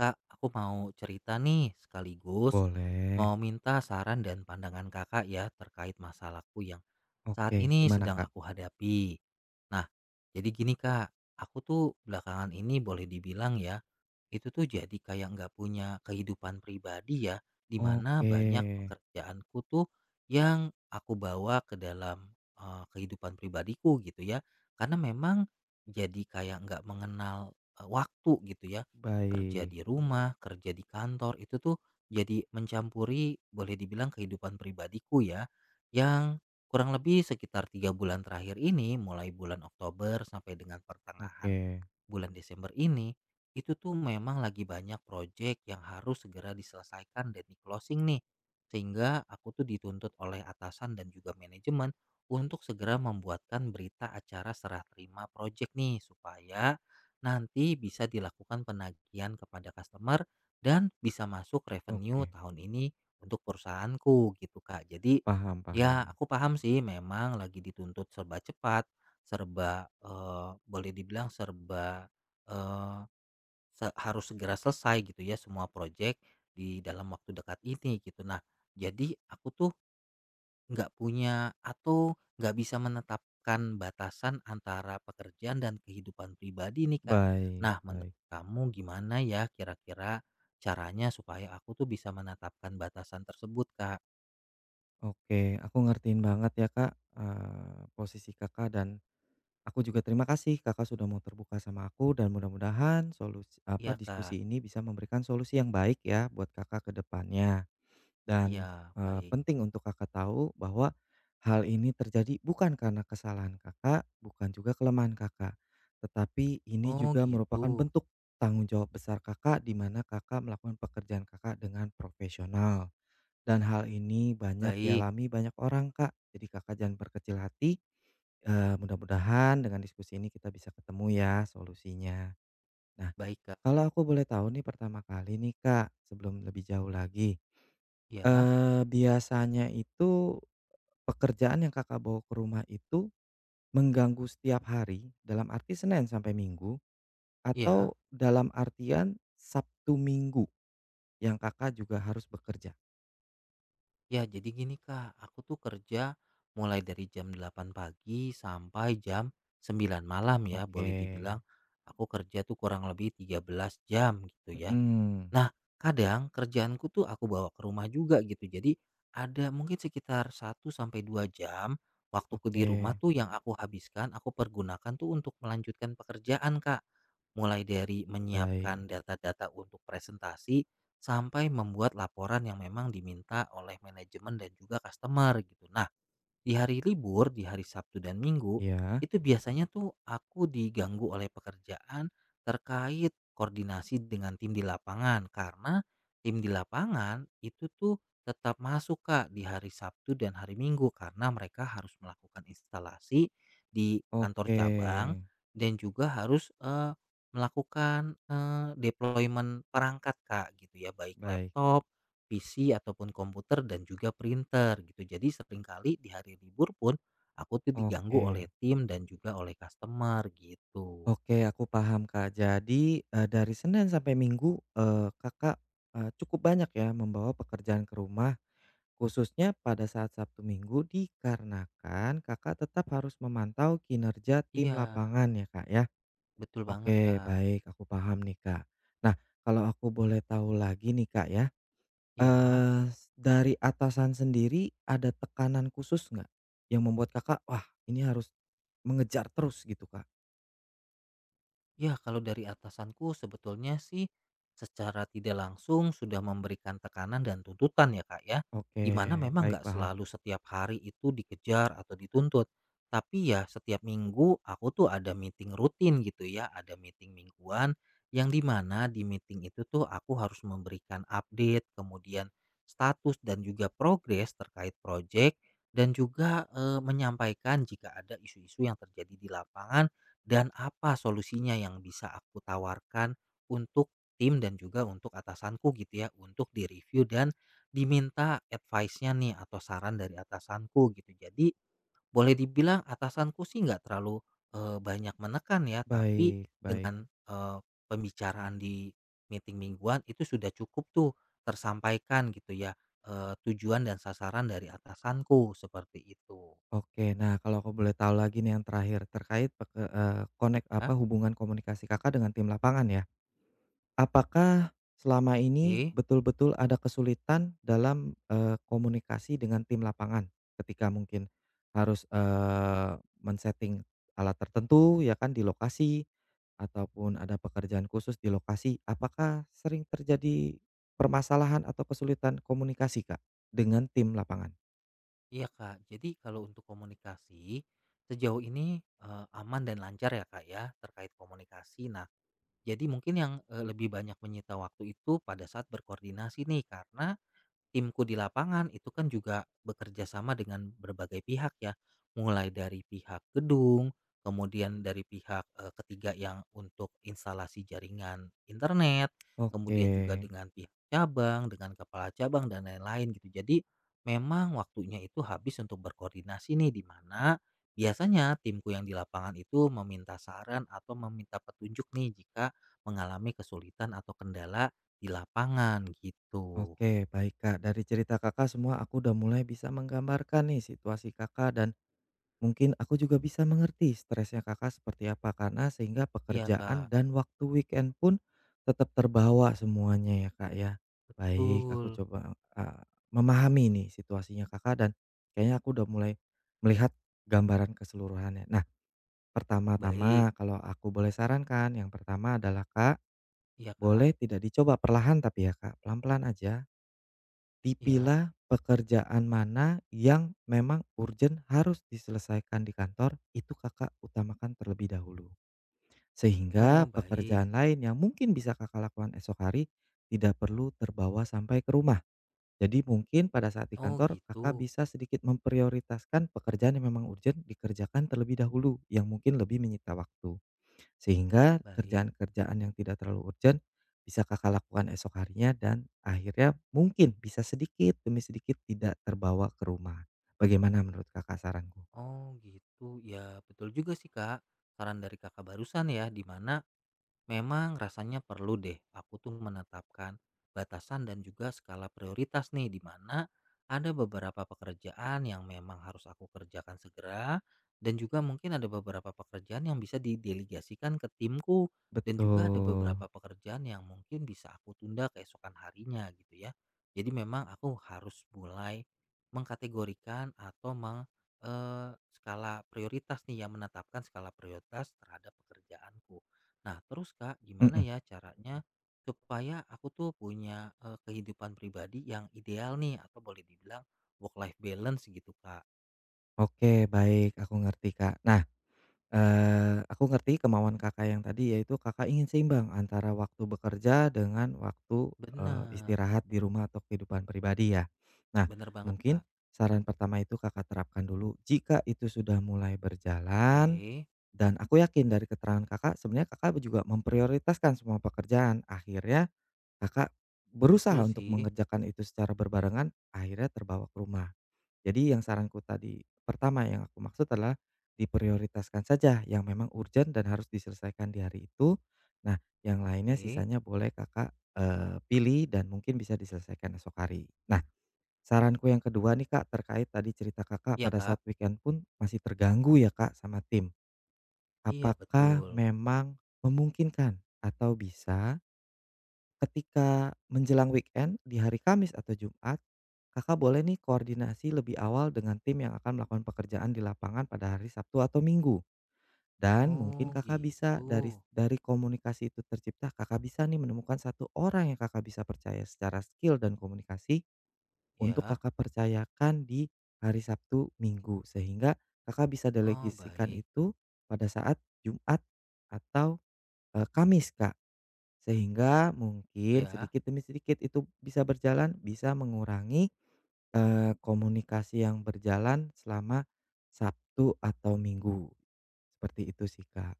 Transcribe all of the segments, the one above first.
Kak, aku mau cerita nih sekaligus Boleh. mau minta saran dan pandangan kakak ya terkait masalahku yang saat Oke, ini gimana, sedang Kak? aku hadapi. Nah, jadi gini kak, aku tuh belakangan ini boleh dibilang ya itu tuh jadi kayak nggak punya kehidupan pribadi ya, dimana Oke, banyak pekerjaanku tuh yang aku bawa ke dalam kehidupan pribadiku gitu ya. Karena memang jadi kayak nggak mengenal waktu gitu ya. Kerja baik. di rumah, kerja di kantor itu tuh jadi mencampuri boleh dibilang kehidupan pribadiku ya. Yang kurang lebih sekitar 3 bulan terakhir ini mulai bulan Oktober sampai dengan pertengahan Oke, bulan Desember ini itu tuh memang lagi banyak proyek yang harus segera diselesaikan dan di closing nih. Sehingga aku tuh dituntut oleh atasan dan juga manajemen untuk segera membuatkan berita acara serah terima proyek nih supaya nanti bisa dilakukan penagihan kepada customer dan bisa masuk revenue oke. tahun ini untuk perusahaanku gitu Kak. Jadi Paham, ya paham. aku paham sih memang lagi dituntut serba cepat, serba boleh dibilang serba eh, Se harus segera selesai gitu ya semua proyek di dalam waktu dekat ini gitu. Nah, jadi aku tuh nggak punya atau nggak bisa menetapkan batasan antara pekerjaan dan kehidupan pribadi nih Kak. Baik, Nah, baik. menurut kamu gimana ya kira-kira caranya supaya aku tuh bisa menetapkan batasan tersebut Kak? Oke, aku ngertiin banget ya, Kak, posisi Kakak dan aku juga terima kasih Kakak sudah mau terbuka sama aku dan mudah-mudahan solusi apa, Iya Kak, diskusi ini bisa memberikan solusi yang baik ya buat Kakak ke depannya. Dan, iya baik. penting untuk Kakak tahu bahwa hal ini terjadi bukan karena kesalahan Kakak, bukan juga kelemahan Kakak, tetapi ini Oh juga gitu, merupakan bentuk tanggung jawab besar Kakak, di mana Kakak melakukan pekerjaan Kakak dengan profesional. Dan hal ini banyak baik, dialami banyak orang, Kak. Jadi Kakak jangan berkecil hati, mudah-mudahan dengan diskusi ini kita bisa ketemu ya solusinya. Nah, baik Kak. kalau aku boleh tahu nih pertama kali nih, Kak, sebelum lebih jauh lagi. Ya, Biasanya itu pekerjaan yang Kakak bawa ke rumah itu mengganggu setiap hari, dalam arti Senin sampai Minggu, ya. atau dalam artian Sabtu Minggu yang Kakak juga harus bekerja? Ya, jadi gini Kak, aku tuh kerja mulai dari jam 8 pagi sampai jam 9 malam ya, boleh Oke, dibilang aku kerja tuh kurang lebih 13 jam gitu ya. mhm, Nah, kadang kerjaanku tuh aku bawa ke rumah juga gitu. Jadi ada mungkin sekitar 1 sampai 2 jam waktuku di oke, rumah tuh yang aku habiskan, aku pergunakan tuh untuk melanjutkan pekerjaan, Kak. Mulai dari menyiapkan baik, data-data untuk presentasi sampai membuat laporan yang memang diminta oleh manajemen dan juga customer gitu. Nah, di hari libur, di hari Sabtu dan Minggu, iya, itu biasanya tuh aku diganggu oleh pekerjaan terkait koordinasi dengan tim di lapangan karena tim di lapangan itu tuh tetap masuk Kak di hari Sabtu dan hari Minggu karena mereka harus melakukan instalasi di kantor oke, cabang dan juga harus melakukan deployment perangkat Kak gitu ya baik baik, laptop PC ataupun komputer dan juga printer gitu. Jadi seringkali di hari libur pun aku tuh diganggu oleh oke, tim dan juga oleh customer gitu. oke, aku paham, Kak. Jadi, dari Senin sampai Minggu, Kakak, cukup banyak ya membawa pekerjaan ke rumah. Khususnya pada saat Sabtu Minggu dikarenakan Kakak tetap harus memantau kinerja tim Iya, lapangan ya, Kak, ya? betul banget, Oke, Kak. baik, aku paham nih, Kak. Nah, kalau aku boleh tahu lagi nih, Kak, ya, Iya. eee, dari atasan sendiri ada tekanan khusus nggak yang membuat Kakak, "Wah, ini harus mengejar terus," gitu, Kak? Ya, kalau dari atasanku sebetulnya sih secara tidak langsung sudah memberikan tekanan dan tuntutan ya kak ya. Oke, Dimana memang baik, nggak paham. selalu setiap hari itu dikejar atau dituntut. Tapi ya setiap minggu aku tuh ada meeting rutin gitu ya. Ada meeting mingguan yang dimana di meeting itu tuh aku harus memberikan update kemudian status dan juga progres terkait project dan juga menyampaikan jika ada isu-isu yang terjadi di lapangan dan apa solusinya yang bisa aku tawarkan untuk tim dan juga untuk atasanku gitu ya, untuk direview dan diminta advice-nya nih atau saran dari atasanku gitu. Jadi boleh dibilang atasanku sih nggak terlalu banyak menekan ya, tapi Baik, baik. dengan pembicaraan di meeting mingguan itu sudah cukup tuh tersampaikan gitu ya tujuan dan sasaran dari atasanku seperti itu. Oke, nah kalau aku boleh tahu lagi nih yang terakhir terkait peke eee, konek Ya, apa, hubungan komunikasi Kakak dengan tim lapangan ya? Apakah selama ini oke. betul-betul ada kesulitan dalam, komunikasi dengan tim lapangan? Ketika mungkin harus, men-setting alat tertentu ya kan di lokasi, ataupun ada pekerjaan khusus di lokasi. Apakah sering terjadi permasalahan atau kesulitan komunikasi, Kak, dengan tim lapangan? Iya Kak, jadi kalau untuk komunikasi, sejauh ini, aman dan lancar ya Kak ya, terkait komunikasi. Nah, jadi mungkin yang, lebih banyak menyita waktu itu pada saat berkoordinasi nih, karena, Timku di lapangan itu kan juga bekerja sama dengan berbagai pihak ya, mulai dari pihak gedung, kemudian dari pihak ketiga yang untuk instalasi jaringan internet, Oke, kemudian juga dengan pihak cabang, dengan kepala cabang dan lain-lain gitu. Jadi memang waktunya itu habis untuk berkoordinasi nih di mana biasanya timku yang di lapangan itu meminta saran atau meminta petunjuk nih jika mengalami kesulitan atau kendala di lapangan gitu. oke, baik, Kak. Dari cerita Kakak semua aku udah mulai bisa menggambarkan nih situasi Kakak dan mungkin aku juga bisa mengerti stresnya Kakak seperti apa karena sehingga Iya, pekerjaan Kak. dan waktu weekend pun tetap terbawa semuanya ya, Kak, ya. Baik, aku Betul. coba, memahami nih situasinya Kakak dan kayaknya aku udah mulai melihat gambaran keseluruhannya. Nah, Baik. pertama-tama kalau aku boleh sarankan, yang pertama adalah, Kak, Iya, Kak. boleh tidak dicoba perlahan tapi ya, Kak, pelan-pelan aja. Ya. Dipilah pekerjaan mana yang memang urgent harus diselesaikan di kantor, itu Kakak utamakan terlebih dahulu. Oh, Sehingga baik. pekerjaan lain yang mungkin bisa Kakak lakukan esok hari, tidak perlu terbawa sampai ke rumah. Jadi mungkin pada saat di Oh, kantor, Kakak gitu. bisa sedikit memprioritaskan pekerjaan yang memang urgent dikerjakan terlebih dahulu, yang mungkin lebih menyita waktu. Sehingga Baik. kerjaan-kerjaan yang tidak terlalu urgent bisa Kakak lakukan esok harinya dan akhirnya mungkin bisa sedikit demi sedikit tidak terbawa ke rumah. Bagaimana menurut Kakak saranku? Oh, gitu. Ya, betul juga sih, Kak. Saran dari Kakak barusan ya, di mana memang rasanya perlu deh aku tuh menetapkan batasan dan juga skala prioritas nih di mana ada beberapa pekerjaan yang memang harus aku kerjakan segera dan juga mungkin ada beberapa pekerjaan yang bisa didelegasikan ke timku dan juga ada Betul, beberapa pekerjaan yang mungkin bisa aku tunda keesokan harinya gitu ya. Jadi memang aku harus mulai mengkategorikan atau skala prioritas nih yang menetapkan skala prioritas terhadap pekerjaanku. Nah, terus Kak, gimana mhm, ya caranya supaya aku tuh punya, kehidupan pribadi yang ideal nih atau boleh dibilang work life balance gitu, Kak? oke, baik, aku ngerti, Kak. Nah, aku ngerti kemauan Kakak yang tadi, yaitu Kakak ingin seimbang antara waktu bekerja dengan waktu, Bener, istirahat di rumah atau kehidupan pribadi ya. Nah, bener banget, mungkin Kak. saran pertama itu Kakak terapkan dulu, jika itu sudah mulai berjalan Oke, dan aku yakin dari keterangan Kakak sebenarnya Kakak juga memprioritaskan semua pekerjaan, akhirnya Kakak berusaha betul untuk sih. mengerjakan itu secara berbarengan, akhirnya terbawa ke rumah. Jadi yang saranku tadi pertama yang aku maksud adalah diprioritaskan saja yang memang urgen dan harus diselesaikan di hari itu. Nah, yang lainnya Oke. sisanya boleh Kakak, pilih dan mungkin bisa diselesaikan esok hari. Nah, saranku yang kedua nih, Kak, terkait tadi cerita Kakak Iya, pada Kak? saat weekend pun masih terganggu ya, Kak, sama tim. Iya, Apakah betul. memang memungkinkan atau bisa ketika menjelang weekend di hari Kamis atau Jumat, Kakak boleh nih koordinasi lebih awal dengan tim yang akan melakukan pekerjaan di lapangan pada hari Sabtu atau Minggu. Dan mungkin Oh, Kakak bisa dari gitu. dari komunikasi itu tercipta, Kakak bisa nih menemukan satu orang yang Kakak bisa percaya secara skill dan komunikasi untuk Ya? Kakak percayakan di hari Sabtu, Minggu. Sehingga Kakak bisa Oh, delegasikan baik. itu pada saat Jumat atau, Kamis, Kak. Sehingga mungkin Ya? sedikit demi sedikit itu bisa berjalan, bisa mengurangi, komunikasi yang berjalan selama Sabtu atau Minggu. Seperti itu sih, Kak.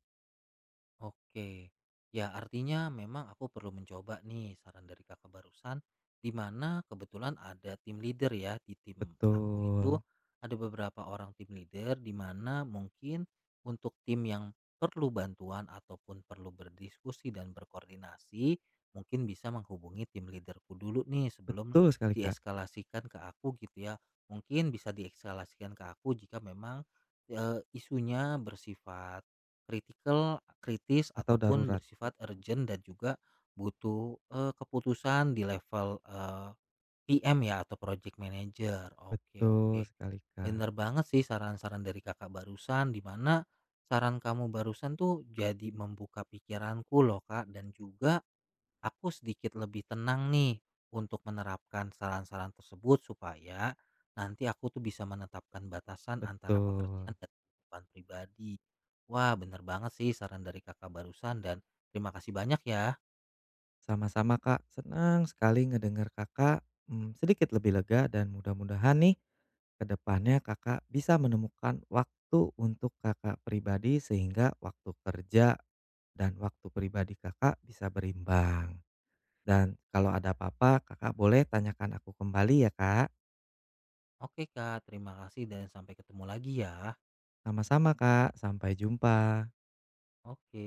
Oke. Ya, artinya memang aku perlu mencoba nih saran dari Kakak barusan di mana kebetulan ada tim leader ya di tim aku itu Betul, ada beberapa orang tim leader di mana mungkin untuk tim yang perlu bantuan ataupun perlu berdiskusi dan berkoordinasi mungkin bisa menghubungi tim leaderku dulu nih sebelum betul sekali, Kak. dieskalasikan ke aku gitu ya. Mungkin bisa dieskalasikan ke aku jika memang isunya bersifat kritikal, kritis Atau ataupun darurat. bersifat urgent dan juga butuh, keputusan di level, PM ya atau project manager. Oke Betul oke. sekali, Kak. Bener banget sih saran-saran dari Kakak barusan, di mana saran kamu barusan tuh jadi membuka pikiranku loh Kak, dan juga aku sedikit lebih tenang nih untuk menerapkan saran-saran tersebut supaya nanti aku tuh bisa menetapkan batasan antara Betul. pekerjaan dan kehidupan pribadi. Wah, bener banget sih saran dari kakak barusan dan terima kasih banyak ya. Sama-sama, Kak, senang sekali ngedengar Kakak, sedikit lebih lega dan mudah-mudahan nih, ke depannya Kakak bisa menemukan waktu untuk Kakak pribadi sehingga waktu kerja dan waktu pribadi Kakak bisa berimbang. Dan kalau ada apa-apa Kakak boleh tanyakan aku kembali ya, Kak. Oke kak, terima kasih dan sampai ketemu lagi ya. Sama-sama Kak, sampai jumpa. Oke.